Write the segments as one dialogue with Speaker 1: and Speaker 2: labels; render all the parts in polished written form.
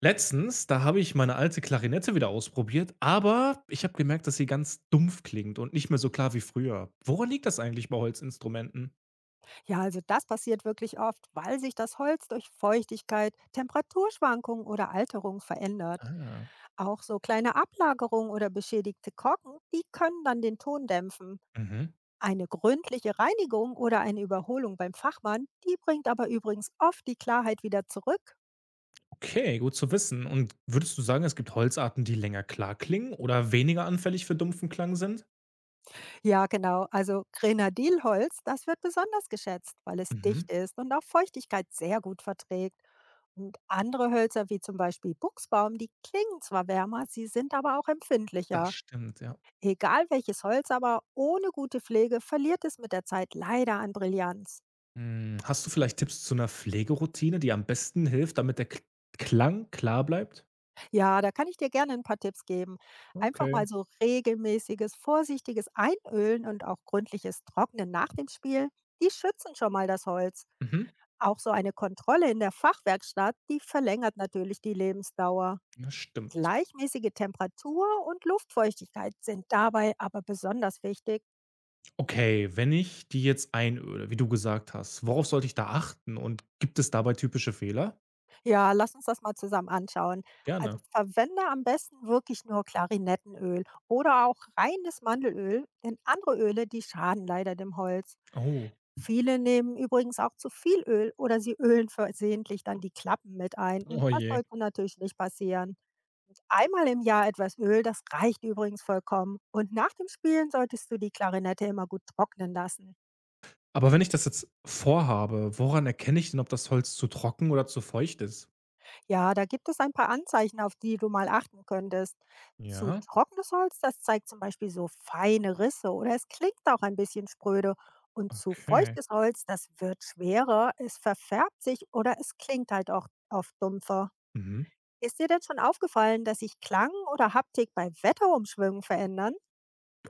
Speaker 1: Letztens, da habe ich meine alte Klarinette wieder ausprobiert, aber ich habe gemerkt, dass sie ganz dumpf klingt und nicht mehr so klar wie früher. Woran liegt das eigentlich bei Holzinstrumenten?
Speaker 2: Ja, also das passiert wirklich oft, weil sich das Holz durch Feuchtigkeit, Temperaturschwankungen oder Alterung verändert.
Speaker 1: Ah.
Speaker 2: Auch so kleine Ablagerungen oder beschädigte Korken, die können dann den Ton dämpfen.
Speaker 1: Mhm.
Speaker 2: Eine gründliche Reinigung oder eine Überholung beim Fachmann, die bringt aber übrigens oft die Klarheit wieder zurück.
Speaker 1: Okay, gut zu wissen. Und würdest du sagen, es gibt Holzarten, die länger klar klingen oder weniger anfällig für dumpfen Klang sind?
Speaker 2: Ja, genau. Also Grenadilholz, das wird besonders geschätzt, weil es
Speaker 1: Mhm.
Speaker 2: dicht ist und auch Feuchtigkeit sehr gut verträgt. Und andere Hölzer, wie zum Beispiel Buchsbaum, die klingen zwar wärmer, sie sind aber auch
Speaker 1: Das
Speaker 2: empfindlicher.
Speaker 1: stimmt, ja.
Speaker 2: Egal welches Holz, aber ohne gute Pflege verliert es mit der Zeit leider an Brillanz.
Speaker 1: Hm, hast du vielleicht Tipps zu einer Pflegeroutine, die am besten hilft, damit der K Klang klar bleibt?
Speaker 2: Ja, da kann ich dir gerne ein paar Tipps geben. Einfach
Speaker 1: Okay.
Speaker 2: mal so regelmäßiges, vorsichtiges Einölen und auch gründliches Trocknen nach dem Spiel, die schützen schon mal das Holz.
Speaker 1: Mhm.
Speaker 2: Auch so eine Kontrolle in der Fachwerkstatt, die verlängert natürlich die Lebensdauer.
Speaker 1: Das stimmt.
Speaker 2: Gleichmäßige Temperatur und Luftfeuchtigkeit sind dabei aber besonders wichtig.
Speaker 1: Okay, wenn ich die jetzt einöde, wie du gesagt hast, worauf sollte ich da achten und gibt es dabei typische Fehler?
Speaker 2: Ja, lass uns das mal zusammen anschauen.
Speaker 1: Gerne.
Speaker 2: Also verwende am besten wirklich nur Klarinettenöl oder auch reines Mandelöl, denn andere Öle, die schaden leider dem Holz.
Speaker 1: Oh.
Speaker 2: Viele nehmen übrigens auch zu viel Öl oder sie ölen versehentlich dann die Klappen mit ein und
Speaker 1: Oh
Speaker 2: das
Speaker 1: je.
Speaker 2: sollte natürlich nicht passieren. Einmal im Jahr etwas Öl, das reicht übrigens vollkommen. Und nach dem Spielen solltest du die Klarinette immer gut trocknen lassen.
Speaker 1: Aber wenn ich das jetzt vorhabe, woran erkenne ich denn, ob das Holz zu trocken oder zu feucht ist?
Speaker 2: Ja, da gibt es ein paar Anzeichen, auf die du mal achten könntest. Zu
Speaker 1: Ja,
Speaker 2: trockenes Holz, das zeigt zum Beispiel so feine Risse oder es klingt auch ein bisschen spröde. Und zu
Speaker 1: okay.
Speaker 2: feuchtes Holz, das wird schwerer, es verfärbt sich oder es klingt halt auch oft dumpfer.
Speaker 1: Mhm.
Speaker 2: Ist dir denn schon aufgefallen, dass sich Klang oder Haptik bei Wetterumschwüngen verändern?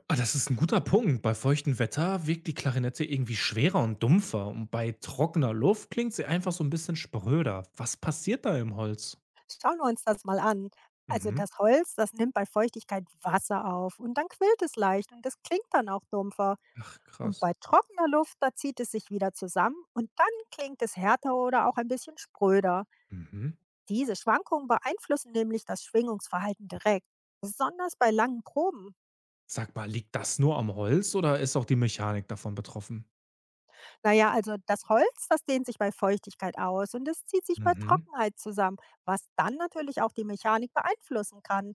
Speaker 1: Ah, das ist ein guter Punkt. Bei feuchtem Wetter wirkt die Klarinette irgendwie schwerer und dumpfer und bei trockener Luft klingt sie einfach so ein bisschen spröder. Was passiert da im Holz?
Speaker 2: Schauen wir uns das mal an. Also
Speaker 1: Mhm.
Speaker 2: das Holz, das nimmt bei Feuchtigkeit Wasser auf und dann quillt es leicht und es klingt dann auch dumpfer.
Speaker 1: Ach,
Speaker 2: Und
Speaker 1: krass.
Speaker 2: bei trockener Luft, da zieht es sich wieder zusammen und dann klingt es härter oder auch ein bisschen spröder.
Speaker 1: Mhm.
Speaker 2: Diese Schwankungen beeinflussen nämlich das Schwingungsverhalten direkt, besonders bei langen Proben.
Speaker 1: Sag mal, liegt das nur am Holz oder ist auch die Mechanik davon betroffen?
Speaker 2: Naja, also das Holz, das dehnt sich bei Feuchtigkeit aus und es zieht sich bei
Speaker 1: Mhm.
Speaker 2: Trockenheit zusammen, was dann natürlich auch die Mechanik beeinflussen kann.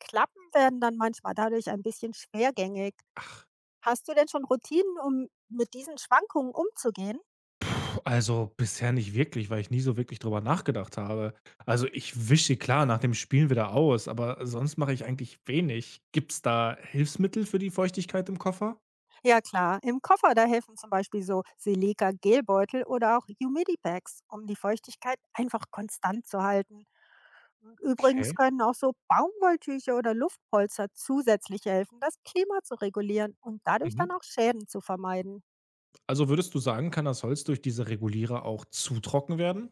Speaker 2: Klappen werden dann manchmal dadurch ein bisschen schwergängig.
Speaker 1: Ach,
Speaker 2: Hast du denn schon Routinen, um mit diesen Schwankungen umzugehen?
Speaker 1: puh, also bisher nicht wirklich, weil ich nie so wirklich drüber nachgedacht habe. Also ich wische klar nach dem Spielen wieder aus, aber sonst mache ich eigentlich wenig. Gibt's da Hilfsmittel für die Feuchtigkeit im Koffer?
Speaker 2: Ja klar, im Koffer, da helfen zum Beispiel so Silica-Gelbeutel oder auch Humidibags, um die Feuchtigkeit einfach konstant zu halten. Und übrigens
Speaker 1: Okay.
Speaker 2: können auch so Baumwolltücher oder Luftpolster zusätzlich helfen, das Klima zu regulieren und dadurch
Speaker 1: Mhm.
Speaker 2: dann auch Schäden zu vermeiden.
Speaker 1: Also würdest du sagen, kann das Holz durch diese Regulierer auch zu trocken werden?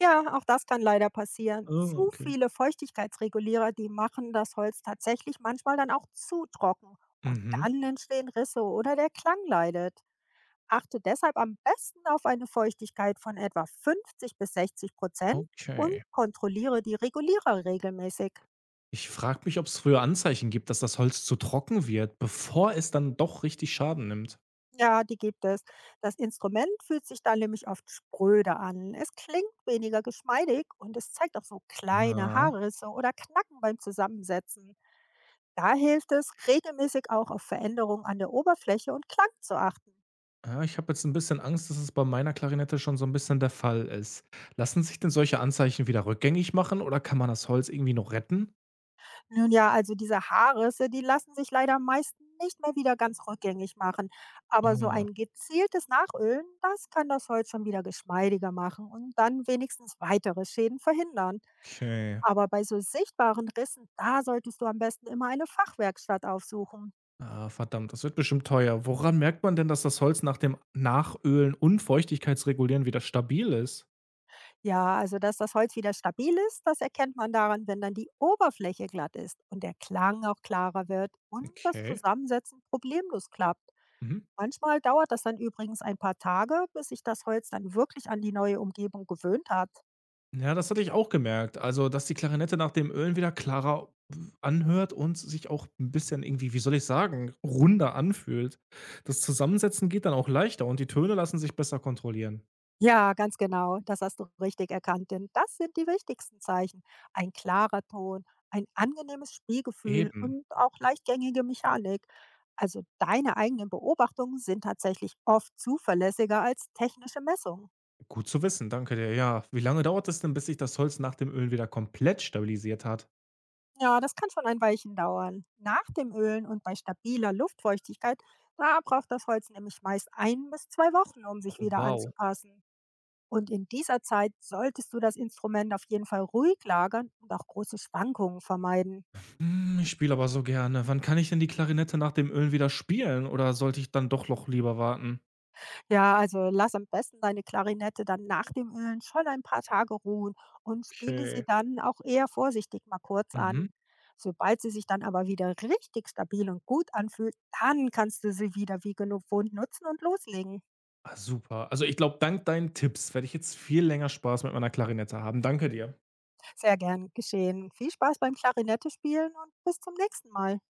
Speaker 2: Ja, auch das kann leider passieren.
Speaker 1: Oh,
Speaker 2: Zu
Speaker 1: okay.
Speaker 2: viele Feuchtigkeitsregulierer, die machen das Holz tatsächlich manchmal dann auch zu trocken. Und
Speaker 1: Mhm.
Speaker 2: dann entstehen Risse oder der Klang leidet. Achte deshalb am besten auf eine Feuchtigkeit von etwa 50 bis 60% und
Speaker 1: Okay.
Speaker 2: kontrolliere die Regulierer regelmäßig.
Speaker 1: Ich frage mich, ob es früher Anzeichen gibt, dass das Holz zu trocken wird, bevor es dann doch richtig Schaden nimmt.
Speaker 2: Ja, die gibt es. Das Instrument fühlt sich dann nämlich oft spröder an. Es klingt weniger geschmeidig und es zeigt auch so kleine
Speaker 1: Ja.
Speaker 2: Haarrisse oder Knacken beim Zusammensetzen. Da hilft es, regelmäßig auch auf Veränderungen an der Oberfläche und Klang zu achten.
Speaker 1: Ja, ich habe jetzt ein bisschen Angst, dass es bei meiner Klarinette schon so ein bisschen der Fall ist. Lassen sich denn solche Anzeichen wieder rückgängig machen oder kann man das Holz irgendwie noch retten?
Speaker 2: Nun ja, also diese Haarrisse, die lassen sich leider meist nicht mehr wieder ganz rückgängig machen. Aber so
Speaker 1: Ah,
Speaker 2: ein gezieltes Nachölen, das kann das Holz schon wieder geschmeidiger machen und dann wenigstens weitere Schäden verhindern.
Speaker 1: okay.
Speaker 2: Aber bei so sichtbaren Rissen, da solltest du am besten immer eine Fachwerkstatt aufsuchen.
Speaker 1: Ah, verdammt, das wird bestimmt teuer. Woran merkt man denn, dass das Holz nach dem Nachölen und Feuchtigkeitsregulieren wieder stabil ist?
Speaker 2: Ja, also dass das Holz wieder stabil ist, das erkennt man daran, wenn dann die Oberfläche glatt ist und der Klang auch klarer wird und das
Speaker 1: Okay.
Speaker 2: Zusammensetzen problemlos klappt.
Speaker 1: Mhm.
Speaker 2: Manchmal dauert das dann übrigens ein paar Tage, bis sich das Holz dann wirklich an die neue Umgebung gewöhnt hat.
Speaker 1: Ja, das hatte ich auch gemerkt. Also, dass die Klarinette nach dem Ölen wieder klarer anhört und sich auch ein bisschen irgendwie, wie soll ich sagen, runder anfühlt. Das Zusammensetzen geht dann auch leichter und die Töne lassen sich besser kontrollieren.
Speaker 2: Ja, ganz genau, das hast du richtig erkannt, denn das sind die wichtigsten Zeichen. Ein klarer Ton, ein angenehmes Spielgefühl
Speaker 1: Eben.
Speaker 2: und auch leichtgängige Mechanik. Also deine eigenen Beobachtungen sind tatsächlich oft zuverlässiger als technische Messungen.
Speaker 1: Gut zu wissen, danke dir. Ja, wie lange dauert es denn, bis sich das Holz nach dem Ölen wieder komplett stabilisiert hat?
Speaker 2: Ja, das kann schon ein Weilchen dauern. Nach dem Ölen und bei stabiler Luftfeuchtigkeit, da braucht das Holz nämlich meist 1 bis 2 Wochen, um
Speaker 1: Oh,
Speaker 2: sich wieder
Speaker 1: wow.
Speaker 2: anzupassen. Und in dieser Zeit solltest du das Instrument auf jeden Fall ruhig lagern und auch große Schwankungen vermeiden.
Speaker 1: Hm, ich spiele aber so gerne. Wann kann ich denn die Klarinette nach dem Ölen wieder spielen oder sollte ich dann doch noch lieber warten?
Speaker 2: Ja, also lass am besten deine Klarinette dann nach dem Ölen schon ein paar Tage ruhen und spiele sie
Speaker 1: Okay.
Speaker 2: dann auch eher vorsichtig mal kurz
Speaker 1: Mhm.
Speaker 2: an. Sobald sie sich dann aber wieder richtig stabil und gut anfühlt, dann kannst du sie wieder wie gewohnt nutzen und loslegen.
Speaker 1: Ah, super. Also, ich glaube, dank deinen Tipps werde ich jetzt viel länger Spaß mit meiner Klarinette haben. Danke dir.
Speaker 2: Sehr gern geschehen. Viel Spaß beim Klarinette spielen und bis zum nächsten Mal.